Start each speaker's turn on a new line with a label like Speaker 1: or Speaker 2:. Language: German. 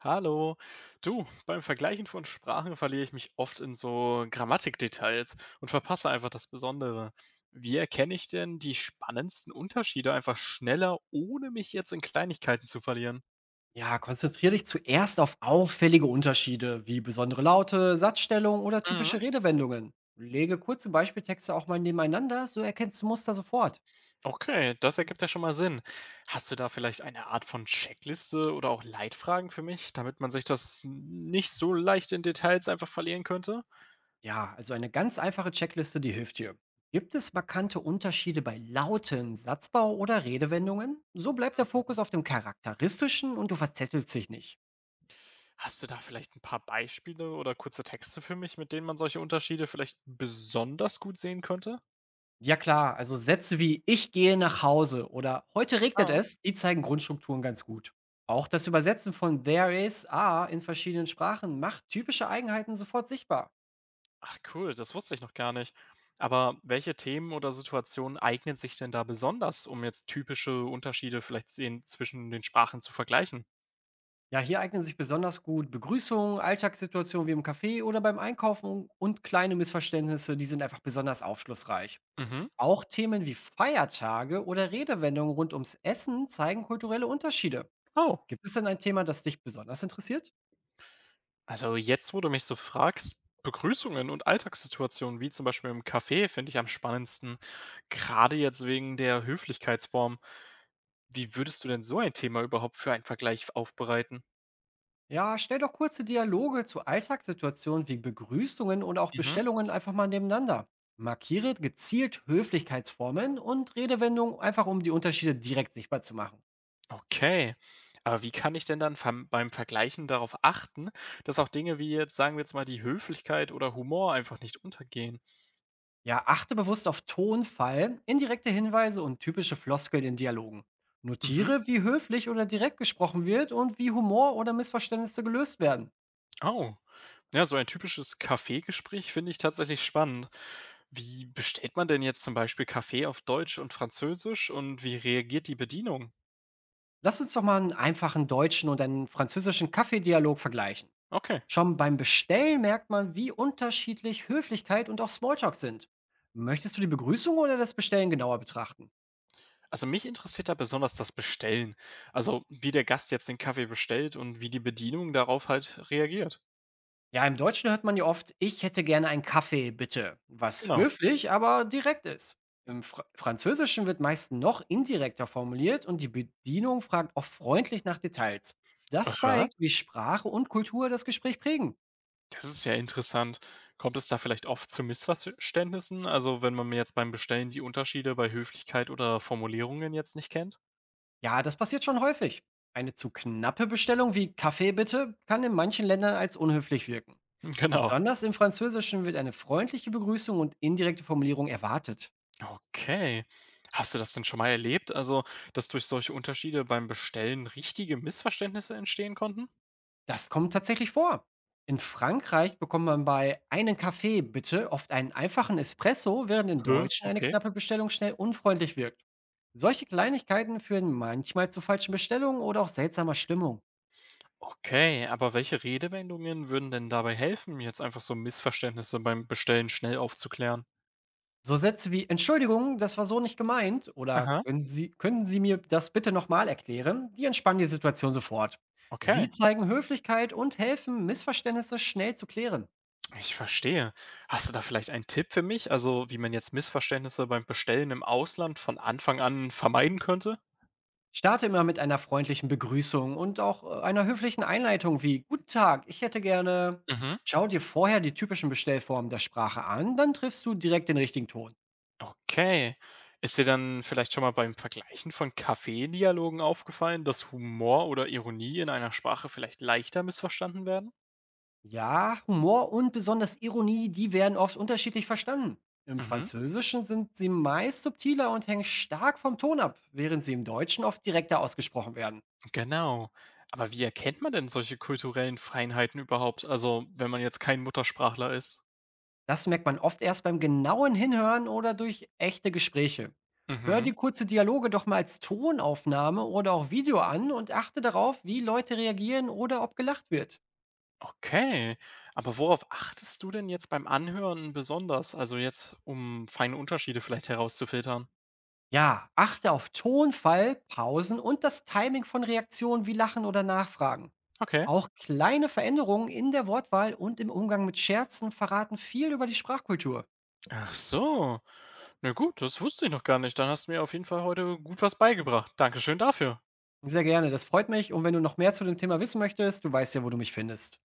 Speaker 1: Hallo. Du, beim Vergleichen von Sprachen verliere ich mich oft in so Grammatikdetails und verpasse einfach das Besondere. Wie erkenne ich denn die spannendsten Unterschiede einfach schneller, ohne mich jetzt in Kleinigkeiten zu verlieren?
Speaker 2: Ja, konzentriere dich zuerst auf auffällige Unterschiede wie besondere Laute, Satzstellung oder
Speaker 1: Mhm.
Speaker 2: typische Redewendungen. Lege kurze Beispieltexte auch mal nebeneinander, so erkennst du Muster sofort.
Speaker 1: Okay, das ergibt ja schon mal Sinn. Hast du da vielleicht eine Art von Checkliste oder auch Leitfragen für mich, damit man sich das nicht so leicht in Details einfach verlieren könnte?
Speaker 2: Ja, also eine ganz einfache Checkliste, die hilft dir. Gibt es markante Unterschiede bei Lauten, Satzbau oder Redewendungen? So bleibt der Fokus auf dem Charakteristischen und du verzettelst dich nicht.
Speaker 1: Hast du da vielleicht ein paar Beispiele oder kurze Texte für mich, mit denen man solche Unterschiede vielleicht besonders gut sehen könnte?
Speaker 2: Ja klar, also Sätze wie „Ich gehe nach Hause" oder „Heute regnet
Speaker 1: Ah.
Speaker 2: es", die zeigen Grundstrukturen ganz gut. Auch das Übersetzen von „there is are" in verschiedenen Sprachen macht typische Eigenheiten sofort sichtbar.
Speaker 1: Ach cool, das wusste ich noch gar nicht. Aber welche Themen oder Situationen eignen sich denn da besonders, um jetzt typische Unterschiede vielleicht sehen zwischen den Sprachen zu vergleichen?
Speaker 2: Ja, hier eignen sich besonders gut Begrüßungen, Alltagssituationen wie im Café oder beim Einkaufen und kleine Missverständnisse, die sind einfach besonders aufschlussreich.
Speaker 1: Mhm.
Speaker 2: Auch Themen wie Feiertage oder Redewendungen rund ums Essen zeigen kulturelle Unterschiede.
Speaker 1: Oh,
Speaker 2: Gibt es denn ein Thema, das dich besonders interessiert?
Speaker 1: also jetzt, wo du mich so fragst, Begrüßungen und Alltagssituationen, wie zum Beispiel im Café, finde ich am spannendsten. Gerade jetzt wegen der Höflichkeitsform. Wie würdest du denn so ein Thema überhaupt für einen Vergleich aufbereiten?
Speaker 2: Ja, stell doch kurze Dialoge zu Alltagssituationen wie Begrüßungen und auch
Speaker 1: Mhm.
Speaker 2: Bestellungen einfach mal nebeneinander. Markiere gezielt Höflichkeitsformen und Redewendungen einfach, um die Unterschiede direkt sichtbar zu machen.
Speaker 1: Okay. Aber wie kann ich denn dann verm beim Vergleichen darauf achten, dass auch Dinge wie jetzt, sagen wir jetzt mal, die Höflichkeit oder Humor einfach nicht untergehen?
Speaker 2: Ja, achte bewusst auf Tonfall, indirekte Hinweise und typische Floskeln in Dialogen.
Speaker 1: Mhm.
Speaker 2: Notiere, wie höflich oder direkt gesprochen wird und wie Humor oder Missverständnisse gelöst werden.
Speaker 1: Oh. Ja, so ein typisches Kaffeegespräch finde ich tatsächlich spannend. Wie bestellt man denn jetzt zum Beispiel Kaffee auf Deutsch und Französisch und wie reagiert die Bedienung?
Speaker 2: Lass uns doch mal einen einfachen deutschen und einen französischen Kaffeedialog vergleichen.
Speaker 1: Okay.
Speaker 2: Schon beim Bestellen merkt man, wie unterschiedlich Höflichkeit und auch Smalltalk sind. Möchtest du die Begrüßung oder das Bestellen genauer betrachten?
Speaker 1: Also mich interessiert da besonders das Bestellen. Also wie der Gast jetzt den Kaffee bestellt und wie die Bedienung darauf halt reagiert.
Speaker 2: Ja, im Deutschen hört man ja oft: „Ich hätte gerne einen Kaffee, bitte", was
Speaker 1: Genau.
Speaker 2: höflich, aber direkt ist. Im Französischen wird meist noch indirekter formuliert und die Bedienung fragt oft freundlich nach Details. Das
Speaker 1: Aha.
Speaker 2: zeigt, wie Sprache und Kultur das Gespräch prägen.
Speaker 1: Das ist ja interessant. Kommt es da vielleicht oft zu Missverständnissen? Also, wenn man mir jetzt beim Bestellen die Unterschiede bei Höflichkeit oder Formulierungen jetzt nicht kennt?
Speaker 2: Ja, das passiert schon häufig. Eine zu knappe Bestellung wie „Kaffee, bitte" kann in manchen Ländern als unhöflich wirken.
Speaker 1: Genau.
Speaker 2: Besonders im Französischen wird eine freundliche Begrüßung und indirekte Formulierung erwartet.
Speaker 1: Okay. Hast du das denn schon mal erlebt? Also, dass durch solche Unterschiede beim Bestellen richtige Missverständnisse entstehen konnten?
Speaker 2: Das kommt tatsächlich vor. In Frankreich bekommt man bei einem Kaffee bitte oft einen einfachen Espresso, während in
Speaker 1: Hä?
Speaker 2: Deutschen eine
Speaker 1: Okay.
Speaker 2: knappe Bestellung schnell unfreundlich wirkt. Solche Kleinigkeiten führen manchmal zu falschen Bestellungen oder auch seltsamer Stimmung.
Speaker 1: Okay, aber welche Redewendungen würden denn dabei helfen, jetzt einfach so Missverständnisse beim Bestellen schnell aufzuklären?
Speaker 2: So Sätze wie Entschuldigung, das war so nicht gemeint oder
Speaker 1: Aha.
Speaker 2: können Sie mir das bitte nochmal erklären, die entspannen die Situation sofort.
Speaker 1: Okay.
Speaker 2: Sie zeigen Höflichkeit und helfen, Missverständnisse schnell zu klären.
Speaker 1: Ich verstehe. Hast du da vielleicht einen Tipp für mich? Also, wie man jetzt Missverständnisse beim Bestellen im Ausland von Anfang an vermeiden könnte?
Speaker 2: Starte immer mit einer freundlichen Begrüßung und auch einer höflichen Einleitung wie Guten Tag, ich hätte gerne.
Speaker 1: Mhm.
Speaker 2: Schau dir vorher die typischen Bestellformen der Sprache an, dann triffst du direkt den richtigen Ton.
Speaker 1: Okay. Ist dir dann vielleicht schon mal beim Vergleichen von Kaffeedialogen aufgefallen, dass Humor oder Ironie in einer Sprache vielleicht leichter missverstanden werden?
Speaker 2: Ja, Humor und besonders Ironie, die werden oft unterschiedlich verstanden. Im
Speaker 1: Mhm.
Speaker 2: Französischen sind sie meist subtiler und hängen stark vom Ton ab, während sie im Deutschen oft direkter ausgesprochen werden.
Speaker 1: Genau. Aber wie erkennt man denn solche kulturellen Feinheiten überhaupt? Also, wenn man jetzt kein Muttersprachler ist?
Speaker 2: Das merkt man oft erst beim genauen Hinhören oder durch echte Gespräche. Hör
Speaker 1: Mhm.
Speaker 2: dir kurze Dialoge doch mal als Tonaufnahme oder auch Video an und achte darauf, wie Leute reagieren oder ob gelacht wird.
Speaker 1: Okay, aber worauf achtest du denn jetzt beim Anhören besonders? Also jetzt, um feine Unterschiede vielleicht herauszufiltern?
Speaker 2: Ja, achte auf Tonfall, Pausen und das Timing von Reaktionen wie Lachen oder Nachfragen.
Speaker 1: Okay.
Speaker 2: Auch kleine Veränderungen in der Wortwahl und im Umgang mit Scherzen verraten viel über die Sprachkultur.
Speaker 1: Ach so. Na gut, das wusste ich noch gar nicht. Dann hast du mir auf jeden Fall heute gut was beigebracht. Dankeschön dafür.
Speaker 2: Sehr gerne, das freut mich, und wenn du noch mehr zu dem Thema wissen möchtest, du weißt ja, wo du mich findest.